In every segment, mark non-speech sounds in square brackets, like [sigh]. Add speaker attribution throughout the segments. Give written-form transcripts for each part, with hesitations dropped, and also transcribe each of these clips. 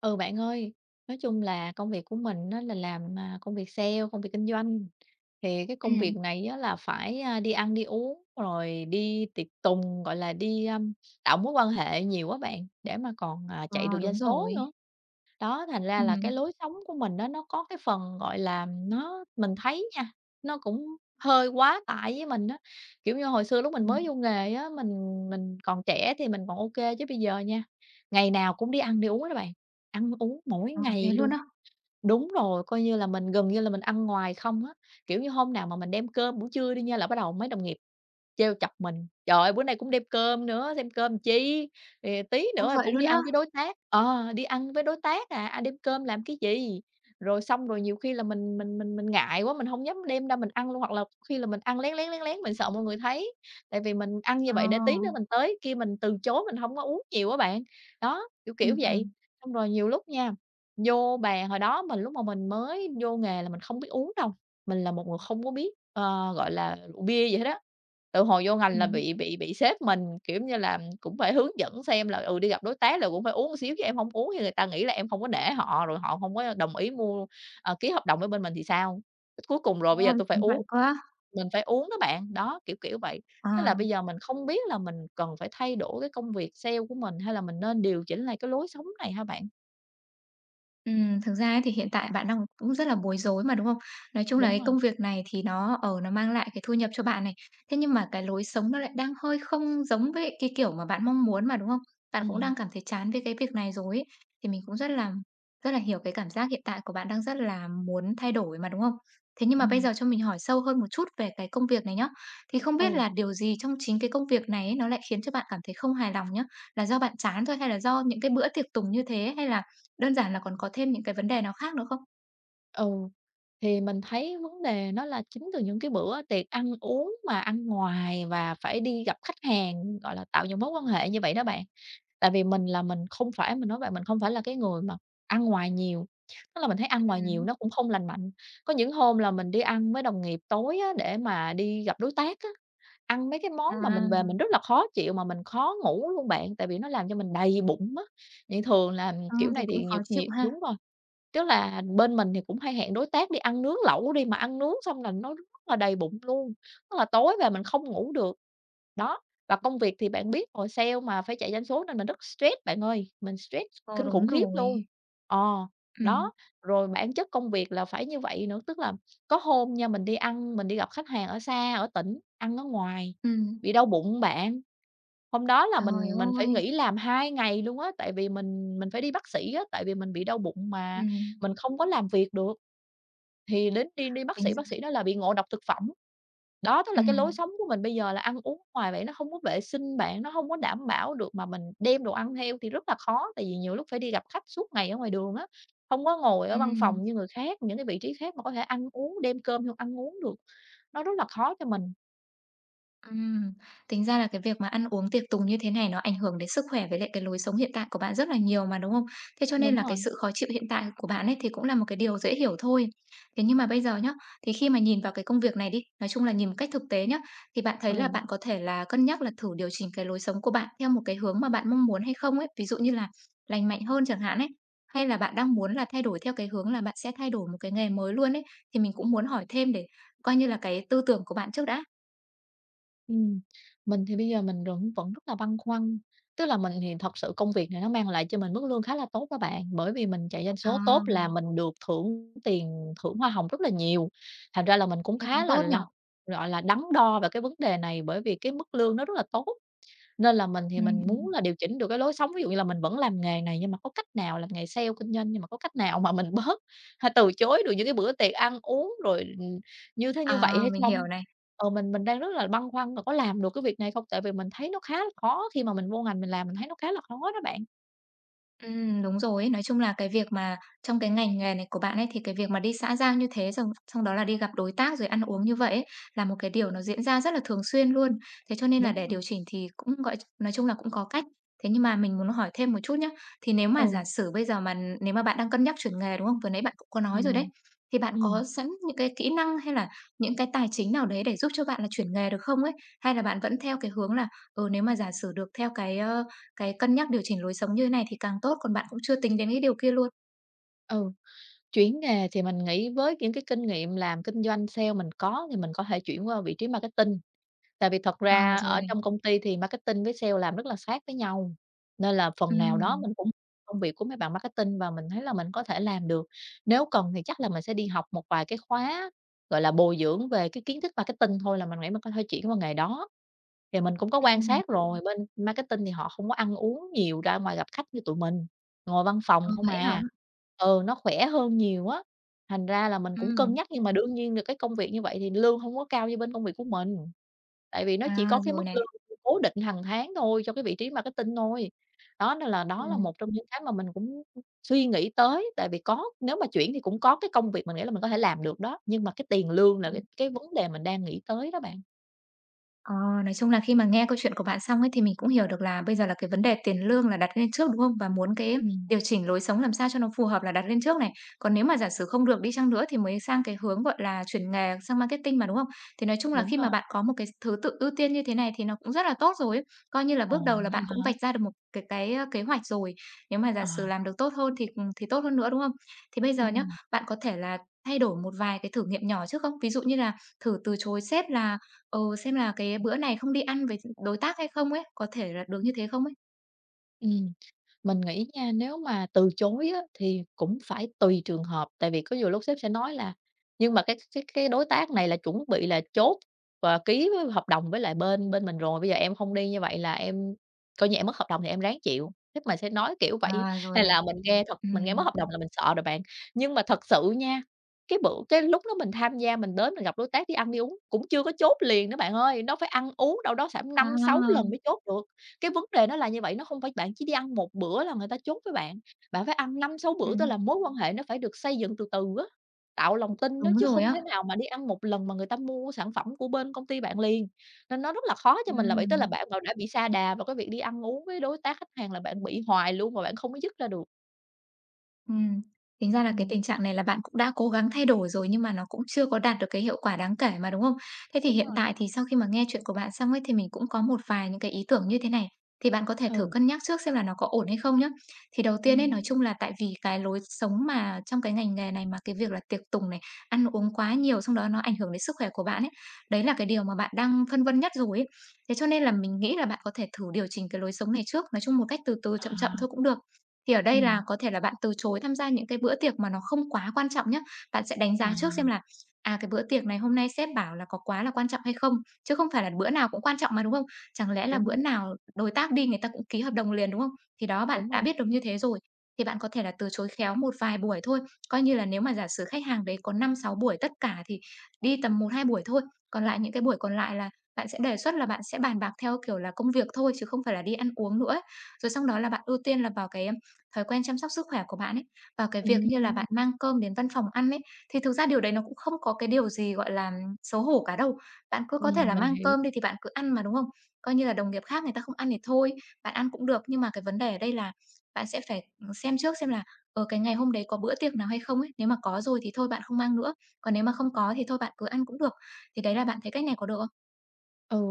Speaker 1: Ừ, bạn ơi, nói chung là công việc của mình nó là làm, công việc sale, công việc kinh doanh. Thì cái công
Speaker 2: Ừm,
Speaker 1: việc này á là phải, đi ăn đi uống, rồi đi tiệc tùng, gọi là, tạo mối quan hệ nhiều á bạn, để mà còn, chạy
Speaker 2: ờ,
Speaker 1: được doanh
Speaker 2: đúng
Speaker 1: số
Speaker 2: rồi.
Speaker 1: nữa. Đó, thành ra là cái
Speaker 2: Ừm,
Speaker 1: lối sống của mình đó nó có cái phần, gọi là, nó mình thấy nha, nó cũng hơi quá tải với mình đó. Kiểu như, hồi xưa lúc mình
Speaker 2: ừm,
Speaker 1: mới vô nghề á, mình còn trẻ thì mình còn ok chứ bây giờ nha, ngày nào cũng đi ăn đi uống đó bạn, ăn uống mỗi
Speaker 2: ờ, thế
Speaker 1: ngày
Speaker 2: luôn
Speaker 1: luôn.
Speaker 2: á?
Speaker 1: Đúng rồi, coi như là mình gần như là mình ăn ngoài không á. Kiểu như, hôm nào mà mình đem cơm buổi trưa đi nha là bắt đầu mấy đồng nghiệp trêu chọc mình: "Trời ơi, bữa nay cũng đem cơm nữa, đem cơm chi? Ờ, tí
Speaker 2: Ô,
Speaker 1: nữa là
Speaker 2: vậy
Speaker 1: cũng đi
Speaker 2: luôn á?
Speaker 1: ăn với đối tác." Ờ, đi ăn với đối tác à, đem cơm làm cái gì? Rồi xong rồi nhiều khi là mình ngại quá, mình hông dám đem ra mình ăn luôn, hoặc là khi là mình ăn lén, lén, lén, lén, mình sợ mọi người thấy. Tại vì mình ăn như
Speaker 2: Ờ,
Speaker 1: vậy để tí nữa mình tới kia mình từ chối, mình hông có uống nhiều á bạn. Đó, kiểu
Speaker 2: ừm,
Speaker 1: vậy.
Speaker 2: ừm,
Speaker 1: Xong rồi nhiều lúc nha. Vô bàn hồi đó mình lúc mà mình mới vô nghề là mình không biết uống đâu, mình là một người không có biết, gọi là, rượu bia gì hết á. Từ hồi vô ngành là
Speaker 2: ừm.
Speaker 1: bị sếp mình, kiểu như là, cũng phải hướng dẫn xem là, ừ, đi gặp đối tác là cũng phải uống một xíu chứ em hông uống thì người ta nghĩ là em không có nể họ, rồi họ hông có đồng ý mua, ký hợp đồng với bên mình thì sao? Cuối cùng rồi bây giờ
Speaker 2: Ôi,
Speaker 1: tôi phải
Speaker 2: còn vậy
Speaker 1: uống,
Speaker 2: cơ á?
Speaker 1: mình phải uống đó bạn, đó, kiểu vậy.
Speaker 2: Ờ.
Speaker 1: Tức là bây giờ mình không biết là mình cần phải thay đổi cái công việc sale của mình hay là mình nên điều chỉnh lại cái lối sống này hả bạn?
Speaker 2: Thực ra ấy thì hiện tại bạn đang cũng rất là bối rối mà, đúng không? Nói chung là
Speaker 1: Đúng
Speaker 2: cái
Speaker 1: rồi,
Speaker 2: công việc này thì nó, nó mang lại cái thu nhập cho bạn này, thế nhưng mà cái lối sống nó lại đang hơi không giống với cái kiểu mà bạn mong muốn mà, đúng không? Bạn cũng
Speaker 1: ừm.
Speaker 2: đang cảm thấy chán với cái việc này rồi ấy, thì mình cũng rất là hiểu cái cảm giác hiện tại của bạn đang rất là muốn thay đổi mà, đúng không? Thế nhưng mà bây
Speaker 1: Ừm,
Speaker 2: giờ cho mình hỏi sâu hơn một chút về cái công việc này nhá. Thì không biết
Speaker 1: ừ,
Speaker 2: là điều gì trong chính cái công việc này ấy, nó lại khiến cho bạn cảm thấy không hài lòng nhá? Là do bạn chán thôi hay là do những cái bữa tiệc tùng như thế hay là đơn giản là còn có thêm những cái vấn đề nào khác nữa không?
Speaker 1: ừ, thì mình thấy vấn đề nó là chính từ những cái bữa tiệc ăn uống mà ăn ngoài và phải đi gặp khách hàng, gọi là, tạo những mối quan hệ như vậy đó bạn. Tại vì mình là mình không phải mình nói bạn mình không phải là cái người mà ăn ngoài nhiều, tức là mình thấy ăn ngoài nhiều
Speaker 2: Ừm,
Speaker 1: nó cũng không lành mạnh. Có những hôm là mình đi ăn với đồng nghiệp tối á, để mà đi gặp đối tác á, ăn mấy cái món mà
Speaker 2: à,
Speaker 1: mình về mình rất là khó chịu mà mình khó ngủ luôn bạn, tại vì nó làm cho mình đầy bụng á. Vậy thường là
Speaker 2: ờ,
Speaker 1: kiểu
Speaker 2: thế
Speaker 1: này
Speaker 2: cũng
Speaker 1: thì
Speaker 2: khó
Speaker 1: nhiều
Speaker 2: chịu
Speaker 1: nhiều
Speaker 2: ha.
Speaker 1: đúng rồi. Tức là bên mình thì cũng hay hẹn đối tác đi ăn nướng lẩu đi, mà ăn nướng xong là nó rất là đầy bụng luôn, tức là tối về mình không ngủ được. Đó, và công việc thì bạn biết rồi, sale mà phải chạy doanh số nên mình rất stress bạn ơi, mình stress
Speaker 2: Ờ,
Speaker 1: kinh
Speaker 2: đúng
Speaker 1: khủng khiếp
Speaker 2: rồi.
Speaker 1: luôn. Ờ,
Speaker 2: Ừm,
Speaker 1: đó, rồi bản chất công việc là phải như vậy nữa, tức là có hôm nha, mình đi ăn, mình đi gặp khách hàng ở xa, ở tỉnh, ăn ở ngoài,
Speaker 2: ừm.
Speaker 1: bị đau bụng bạn. Hôm đó là
Speaker 2: Trời
Speaker 1: mình phải
Speaker 2: ơi!
Speaker 1: nghỉ làm 2 ngày luôn á, tại vì mình phải đi bác sĩ á, tại vì mình bị đau bụng mà
Speaker 2: Ừm,
Speaker 1: mình không có làm việc được, thì đến đi đi
Speaker 2: tính
Speaker 1: bác sĩ nói là bị ngộ độc thực phẩm. Đó, tức là cái lối
Speaker 2: ừm,
Speaker 1: sống của mình bây giờ là ăn uống ngoài vậy nó không có vệ sinh bạn, nó không có đảm bảo được mà mình đem đồ ăn theo thì rất là khó, tại vì nhiều lúc phải đi gặp khách suốt ngày ở ngoài đường á, không có ngồi ở văn
Speaker 2: ừm.
Speaker 1: phòng như người khác, những cái vị trí khác mà có thể ăn uống, đem cơm theo ăn uống được, nó rất là khó cho mình.
Speaker 2: Ừm, tính ra là cái việc mà ăn uống tiệc tùng như thế này nó ảnh hưởng đến sức khỏe với lại cái lối sống hiện tại của bạn rất là nhiều mà, đúng không? Thế cho nên
Speaker 1: Đúng
Speaker 2: là cái
Speaker 1: rồi,
Speaker 2: sự khó chịu hiện tại của bạn ấy thì cũng là một cái điều dễ hiểu thôi. Thế nhưng mà bây giờ nhá, thì khi mà nhìn vào cái công việc này đi, nói chung là nhìn một cách thực tế nhá, thì bạn thấy là
Speaker 1: ừ.
Speaker 2: bạn có thể là cân nhắc là thử điều chỉnh cái lối sống của bạn theo một cái hướng mà bạn mong muốn hay không ấy, ví dụ như là lành mạnh hơn chẳng hạn ấy, hay là bạn đang muốn là thay đổi theo cái hướng là bạn sẽ thay đổi một cái nghề mới luôn ấy, thì mình cũng muốn hỏi thêm để coi như là cái tư tưởng của bạn trước đã.
Speaker 1: Ừm, mình thì bây giờ mình vẫn vẫn rất là băn khoăn, tức là mình thì thật sự công việc này nó mang lại cho mình mức lương khá là tốt các bạn, bởi vì mình chạy doanh
Speaker 2: Ờ.
Speaker 1: số tốt là mình được thưởng tiền thưởng hoa hồng rất là nhiều. Thành ra là mình cũng
Speaker 2: Nghe
Speaker 1: khá
Speaker 2: cũng
Speaker 1: là
Speaker 2: tốt nhỉ?
Speaker 1: gọi là, đắn đo về cái vấn đề này bởi vì cái mức lương nó rất là tốt. Nên là mình thì mình muốn
Speaker 2: Ừm.
Speaker 1: là điều chỉnh được cái lối sống, ví dụ như là mình vẫn làm nghề này nhưng mà có cách nào làm nghề sale, kinh doanh, nhưng mà có cách nào mà mình bớt [laughs] hay từ chối được những cái bữa tiệc ăn uống rồi, như thế như vậy
Speaker 2: À,
Speaker 1: hay
Speaker 2: mình hiểu
Speaker 1: không?
Speaker 2: này.
Speaker 1: Ờ, mình đang rất là băn khoăn là có làm được cái việc này không? Tại vì mình thấy nó khá là khó khi mà mình vô ngành mình làm, mình thấy nó khá là khó đó bạn.
Speaker 2: Đúng rồi ấy. Nói chung là cái việc mà trong cái ngành nghề này của bạn ấy, thì cái việc mà đi xã giao như thế, xong xong đó là đi gặp đối tác rồi ăn uống như vậy ấy, là một cái điều nó diễn ra rất là thường xuyên luôn. Thế cho nên là
Speaker 1: Đúng
Speaker 2: để
Speaker 1: rồi.
Speaker 2: điều chỉnh thì cũng, nói chung là cũng có cách. Thế nhưng mà mình muốn hỏi thêm một chút nhá. Thì nếu mà
Speaker 1: Ừ,
Speaker 2: giả sử bây giờ mà nếu mà bạn đang cân nhắc chuyển nghề, đúng không? Vừa nãy bạn cũng có
Speaker 1: ờ,
Speaker 2: nói rồi đấy, thì bạn
Speaker 1: ừm,
Speaker 2: có sẵn những cái kỹ năng hay là những cái tài chính nào đấy để giúp cho bạn là chuyển nghề được không ấy? Hay là bạn vẫn theo cái hướng là, ừ, nếu mà giả sử được theo cái cân nhắc điều chỉnh lối sống như thế này thì càng tốt, còn bạn cũng chưa tính đến cái điều kia luôn.
Speaker 1: ừ. Chuyển nghề thì mình nghĩ với những cái kinh nghiệm làm kinh doanh sale mình có thì mình có thể chuyển qua vị trí marketing. Tại vì thật
Speaker 2: Ờ,
Speaker 1: ra
Speaker 2: rồi
Speaker 1: ở
Speaker 2: này.
Speaker 1: trong công ty thì marketing với sale làm rất là sát với nhau, nên là phần nào đó
Speaker 2: Ừm,
Speaker 1: mình cũng công việc của mấy bạn marketing và mình thấy là mình có thể làm được. Nếu cần thì chắc là mình sẽ đi học một vài cái khóa, gọi là, bồi dưỡng về cái kiến thức marketing thôi là mình nghĩ mình có thể chuyển qua nghề đó. Thì mình cũng có quan
Speaker 2: ừm,
Speaker 1: sát rồi, bên marketing thì họ không có ăn uống nhiều ra ngoài gặp khách như tụi mình, ngồi văn phòng
Speaker 2: ờ,
Speaker 1: không
Speaker 2: vậy hả?
Speaker 1: à. Ừ, nó khỏe hơn nhiều á, thành ra là mình cũng cân
Speaker 2: Ừm,
Speaker 1: nhắc nhưng mà đương nhiên là cái công việc như vậy thì lương không có cao như bên công việc của mình. Tại vì nó chỉ có
Speaker 2: à,
Speaker 1: cái
Speaker 2: rồi
Speaker 1: mức
Speaker 2: này.
Speaker 1: lương cố định hàng tháng thôi cho cái vị trí marketing thôi. Đó, nên là đó là
Speaker 2: Ừm,
Speaker 1: một trong những cái mà mình cũng suy nghĩ tới, tại vì có nếu mà chuyển thì cũng có cái công việc mình nghĩ là mình có thể làm được đó, nhưng mà cái tiền lương là
Speaker 2: ừm.
Speaker 1: cái vấn đề mình đang nghĩ tới đó bạn.
Speaker 2: Ờ, nói chung là khi mà nghe câu chuyện của bạn xong ấy, thì mình cũng hiểu được là bây giờ là cái vấn đề tiền lương là đặt lên trước, đúng không? Và muốn cái
Speaker 1: Ừm,
Speaker 2: điều chỉnh lối sống làm sao cho nó phù hợp là đặt lên trước này. Còn nếu mà giả sử không được đi chăng nữa thì mới sang cái hướng, gọi là, chuyển nghề sang marketing mà, đúng không? Thì nói chung là
Speaker 1: đúng
Speaker 2: khi
Speaker 1: rồi.
Speaker 2: mà bạn có một cái thứ tự ưu tiên như thế này thì nó cũng rất là tốt rồi ấy. Coi như là
Speaker 1: Ờ,
Speaker 2: bước đầu là
Speaker 1: vậy
Speaker 2: bạn cũng
Speaker 1: hả?
Speaker 2: vạch ra được một ơ, kế hoạch rồi. Nếu mà giả
Speaker 1: À,
Speaker 2: sử làm được tốt hơn thì, ừ, thì tốt hơn nữa, đúng không? Thì bây giờ nhá,
Speaker 1: ừm,
Speaker 2: bạn có thể là thay đổi một vài cái thử nghiệm nhỏ trước không? Ví dụ như là thử từ chối sếp là ừ, xem là cái bữa này không đi ăn với đối tác hay không ấy, có thể là được như thế không ấy?
Speaker 1: ừm, mình nghĩ nha, nếu mà từ chối á, thì cũng phải tùy trường hợp, tại vì có nhiều lúc sếp sẽ nói là "Nhưng mà cái đối tác này là chuẩn bị là chốt và ký với hợp đồng với lại bên bên mình rồi, bây giờ em không đi như vậy là em coi như em mất hợp đồng thì em ráng chịu." Sếp mình sẽ nói kiểu vậy á,
Speaker 2: À, rồi
Speaker 1: nên
Speaker 2: này.
Speaker 1: là mình nghe thật mình nghe mất
Speaker 2: Ừm.
Speaker 1: hợp đồng là mình sợ rồi bạn. Nhưng mà thật sự nha, cái lúc đó mình tham gia, mình đến mình gặp đối tác đi ăn đi uống cũng chưa có chốt liền nữa bạn ơi, nó phải ăn uống đâu đó phải 5-6 lần
Speaker 2: À,
Speaker 1: mới chốt được. Cái vấn đề nó là như vậy, nó không phải bạn chỉ đi ăn một bữa là người ta chốt với bạn, bạn phải ăn 5-6 bữa, tức là
Speaker 2: ừm,
Speaker 1: mối quan hệ nó phải được xây dựng từ từ á, tạo lòng tin á,
Speaker 2: đúng
Speaker 1: chứ
Speaker 2: rồi
Speaker 1: không thể
Speaker 2: á.
Speaker 1: nào mà đi ăn một lần mà người ta mua sản phẩm của bên công ty bạn liền. Nên nó rất là khó cho mình là vậy, tức là
Speaker 2: Ừm.
Speaker 1: bạn mà đã bị sa đà vào cái việc đi ăn uống với đối tác khách hàng là bạn bị hoài luôn mà bạn không có dứt ra được.
Speaker 2: Ừm, tính ra là cái
Speaker 1: Ừm,
Speaker 2: tình trạng này là bạn cũng đã cố gắng thay đổi rồi nhưng mà nó cũng chưa có đạt được cái hiệu quả đáng kể mà, đúng không? Thế thì
Speaker 1: đúng
Speaker 2: hiện
Speaker 1: rồi,
Speaker 2: tại thì sau khi mà nghe chuyện của bạn xong ấy, thì mình cũng có một vài những cái ý tưởng như thế này, thì bạn có thể thử
Speaker 1: ừ,
Speaker 2: cân nhắc trước xem là nó có ổn hay không nhé. Thì đầu tiên ấy, nói
Speaker 1: ừm,
Speaker 2: chung là tại vì cái lối sống mà trong cái ngành nghề này mà cái việc là tiệc tùng này, ăn uống quá nhiều xong đó nó ảnh hưởng đến sức khỏe của bạn ấy, đấy là cái điều mà bạn đang phân vân nhất rồi ấy. Thế cho nên là mình nghĩ là bạn có thể thử điều chỉnh cái lối sống này trước, nói chung một cách từ từ chậm chậm
Speaker 1: à,
Speaker 2: thôi cũng được. Thì ở đây
Speaker 1: ừm,
Speaker 2: là có thể là bạn từ chối tham gia những cái bữa tiệc mà nó không quá quan trọng nhé. Bạn sẽ đánh
Speaker 1: à,
Speaker 2: giá trước xem là, à, cái bữa tiệc này hôm nay sếp bảo là có quá là quan trọng hay không, chứ không phải là bữa nào cũng quan trọng mà, đúng không? Chẳng lẽ là
Speaker 1: đúng
Speaker 2: bữa
Speaker 1: rồi,
Speaker 2: nào đối tác đi người ta cũng ký hợp đồng liền, đúng không? Thì đó, bạn
Speaker 1: đúng rồi,
Speaker 2: đã biết được như thế rồi, thì bạn có thể là từ chối khéo một vài buổi thôi. Coi như là nếu mà giả sử khách hàng đấy có 5 6 buổi tất cả thì đi tầm 1 2 buổi thôi, còn lại những cái buổi còn lại là bạn sẽ đề xuất là bạn sẽ bàn bạc theo kiểu là công việc thôi chứ không phải là đi ăn uống nữa ấy. Rồi xong đó là bạn ưu tiên là vào cái thói quen chăm sóc sức khỏe của bạn ấy, và cái việc
Speaker 1: ừm,
Speaker 2: như là
Speaker 1: ừm,
Speaker 2: bạn mang cơm đến văn phòng ăn ấy, thì thực ra điều đấy nó cũng không có cái điều gì, gọi là, xấu hổ cả đâu. Bạn cứ có thể là
Speaker 1: mình
Speaker 2: mang
Speaker 1: hiểu.
Speaker 2: cơm đi thì bạn cứ ăn mà, đúng không? Coi như là đồng nghiệp khác người ta không ăn thì thôi, bạn ăn cũng được. Nhưng mà cái vấn đề ở đây là bạn sẽ phải, xem trước xem là, ở cái ngày hôm đấy có bữa tiệc nào hay không ấy. Nếu mà có rồi thì thôi bạn không mang nữa, còn nếu mà không có thì thôi bạn cứ ăn cũng được. Thì đấy là bạn thấy cách này có được không?
Speaker 1: Ừ,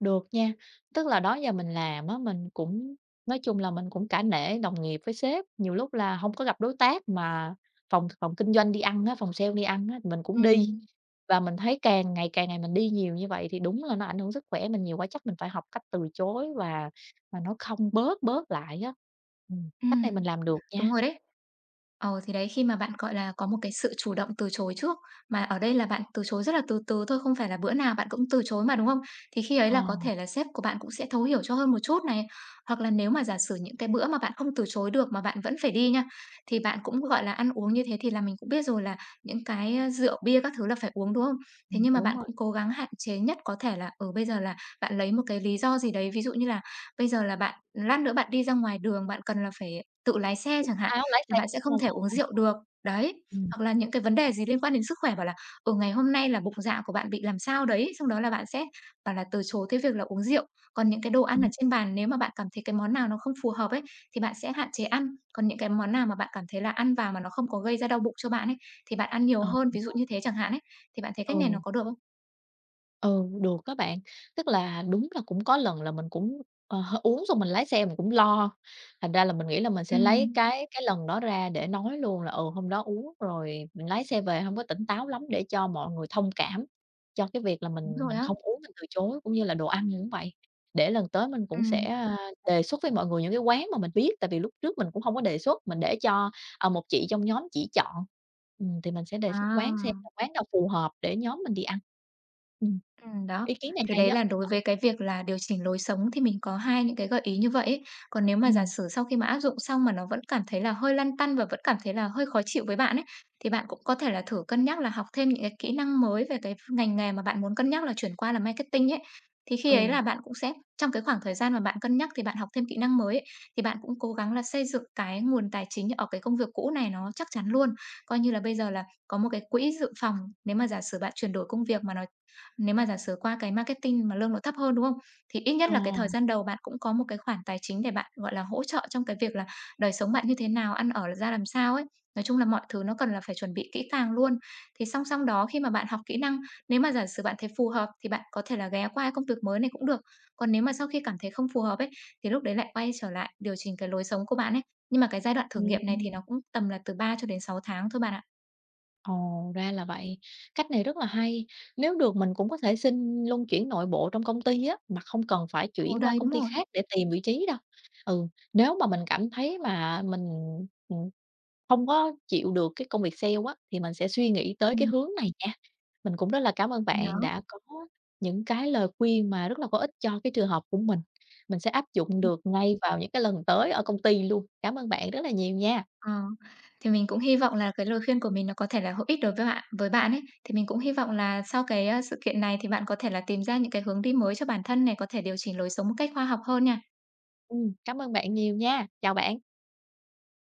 Speaker 1: được nha. Tức là đó giờ mình làm á, mình cũng nói chung là mình cũng cả nể đồng nghiệp với sếp, nhiều lúc là không có gặp đối tác mà phòng phòng kinh doanh đi ăn á, phòng sale đi ăn á, mình
Speaker 2: ừ
Speaker 1: cũng đi. Và mình thấy càng ngày mình đi nhiều như vậy thì đúng là nó ảnh hưởng sức khỏe mình nhiều quá, chắc mình phải học cách từ chối và nó không bớt bớt lại á.
Speaker 2: ừ.
Speaker 1: Cách này mình làm được nha.
Speaker 2: Đúng rồi đấy. Ờ, thì đấy, khi mà bạn, gọi là, có một cái sự chủ động từ chối trước, mà ở đây là bạn từ chối rất là từ từ thôi, không phải là bữa nào bạn cũng từ chối mà, đúng không? Thì khi ấy
Speaker 1: Ờ,
Speaker 2: là có thể là sếp của bạn cũng sẽ thấu hiểu cho hơn một chút này, hoặc là nếu mà giả sử những cái bữa mà bạn không từ chối được mà bạn vẫn phải đi nha, thì bạn cũng, gọi là, ăn uống như thế thì là mình cũng biết rồi là những cái, a, rượu bia các thứ là phải uống, đúng không? Thế nhưng mà
Speaker 1: đúng
Speaker 2: bạn
Speaker 1: rồi,
Speaker 2: cũng cố gắng hạn chế nhất có thể là, ở bây giờ là bạn lấy một cái lý do gì đấy, ví dụ như là bây giờ là bạn lát nữa bạn đi ra ngoài đường, bạn cần là phải tự lái xe chẳng hạn,
Speaker 1: tao lái xe,
Speaker 2: là bạn sẽ
Speaker 1: đúng
Speaker 2: không thể
Speaker 1: hông?
Speaker 2: uống rượu được. Đấy,
Speaker 1: Ừm,
Speaker 2: hoặc là những cái vấn đề gì liên quan đến sức khỏe bảo là, ừ, ngày hôm nay là bụng dạ của bạn bị làm sao đấy, xong đó là bạn sẽ bảo là từ chối cái việc là uống rượu. Còn những cái đồ ăn
Speaker 1: ừm,
Speaker 2: ở trên bàn nếu mà bạn cảm thấy cái món nào nó không phù hợp ấy, thì bạn sẽ hạn chế ăn. Còn những cái món nào mà bạn cảm thấy là ăn vào mà nó không có gây ra đau bụng cho bạn ấy, thì bạn ăn nhiều
Speaker 1: ờ,
Speaker 2: hơn, ví dụ như thế chẳng hạn ấy. Thì bạn thấy cách này nó
Speaker 1: ừ.
Speaker 2: có được không?
Speaker 1: Ừ, được các bạn. Tức là đúng là cũng có lần là mình cũng, ờ, h uống xong mình lái xe mình cũng lo, thành ra là mình nghĩ là mình
Speaker 2: Ừ
Speaker 1: sẽ lấy cái lần đó ra để nói luôn là, ừ, hôm đó uống rồi mình lái xe về không có tỉnh táo lắm để cho mọi người thông cảm cho cái việc là
Speaker 2: đúng
Speaker 1: mình
Speaker 2: rồi
Speaker 1: mình
Speaker 2: á.
Speaker 1: không uống, mình từ chối, cũng như là đồ ăn cũng vậy. Để lần tới mình
Speaker 2: Ừ.
Speaker 1: cũng sẽ, đề xuất với mọi người những cái quán mà mình biết, tại vì lúc trước mình cũng không có đề xuất, mình để cho, một chị trong nhóm chỉ chọn. Thì mình sẽ đề xuất quán xem
Speaker 2: À.
Speaker 1: là quán nào phù hợp để nhóm mình đi ăn. Ừm.
Speaker 2: Đó.
Speaker 1: Ý kiến này
Speaker 2: Thì
Speaker 1: hay
Speaker 2: đấy
Speaker 1: á.
Speaker 2: là đối với cái việc là điều chỉnh lối sống thì mình có hai những cái gợi ý như vậy ấy. Còn nếu mà giả
Speaker 1: Ừm,
Speaker 2: sử sau khi mà áp dụng xong mà nó vẫn cảm thấy là hơi lăn tăn và vẫn cảm thấy là hơi khó chịu với bạn ấy, thì bạn cũng có thể là thử cân nhắc là học thêm những cái kỹ năng mới về cái ngành nghề mà bạn muốn cân nhắc là chuyển qua là marketing ấy. Thì khi ấy
Speaker 1: ừ,
Speaker 2: là bạn cũng sẽ trong cái khoảng thời gian mà bạn cân nhắc thì bạn học thêm kỹ năng mới ấy, thì bạn cũng cố gắng là xây dựng cái nguồn tài chính ở cái công việc cũ này nó chắc chắn luôn. Coi như là bây giờ là có một cái quỹ dự phòng, nếu mà giả sử bạn chuyển đổi công việc mà nó nếu mà giả sử qua cái marketing mà lương nó thấp hơn, đúng không? Thì ít nhất
Speaker 1: ờ,
Speaker 2: là cái thời gian đầu bạn cũng có một cái khoản tài chính để bạn, gọi là, hỗ trợ trong cái việc là đời sống bạn như thế nào, ăn ở là ra làm sao ấy. Nói chung là mọi thứ nó cần là phải chuẩn bị kỹ càng luôn. Thì song song đó khi mà bạn học kỹ năng, nếu mà giả sử bạn thấy phù hợp thì bạn có thể là ghé qua công việc mới này cũng được. Còn nếu mà sau khi cảm thấy không phù hợp ấy, thì lúc đấy lại quay trở lại điều chỉnh cái lối sống của bạn ấy. Nhưng mà cái giai đoạn thử
Speaker 1: ừm,
Speaker 2: nghiệm này thì
Speaker 1: ừm,
Speaker 2: nó cũng tầm là từ 3 cho đến 6 tháng thôi bạn ạ.
Speaker 1: ồ, ra là vậy. Cách này rất là hay. Nếu được mình cũng có thể xin luân chuyển nội bộ trong công ty á, mà không cần phải
Speaker 2: Ồ,
Speaker 1: chuyển qua
Speaker 2: đấy,
Speaker 1: công
Speaker 2: đúng
Speaker 1: ty
Speaker 2: rồi.
Speaker 1: khác để tìm vị trí đâu. Ừ, nếu mà mình cảm thấy mà mình ừm không có chịu được cái công việc sale á, thì mình sẽ suy nghĩ tới cái hướng này nha. Mình cũng rất là cảm ơn
Speaker 2: Đó.
Speaker 1: bạn đã có những cái lời khuyên mà rất là có ích cho cái trường hợp của mình. Mình sẽ áp dụng được ngay vào những cái lần tới ở công ty luôn. Cảm ơn bạn rất là nhiều nha.
Speaker 2: Ờ, thì mình cũng hy vọng là cái lời khuyên của mình nó có thể là hữu ích đối với bạn ấy. Thì mình cũng hy vọng là sau cái, a, sự kiện này thì bạn có thể là tìm ra những cái hướng đi mới cho bản thân này, có thể điều chỉnh lối sống một cách khoa học hơn nha.
Speaker 1: Cảm ơn bạn nhiều nha. Chào bạn.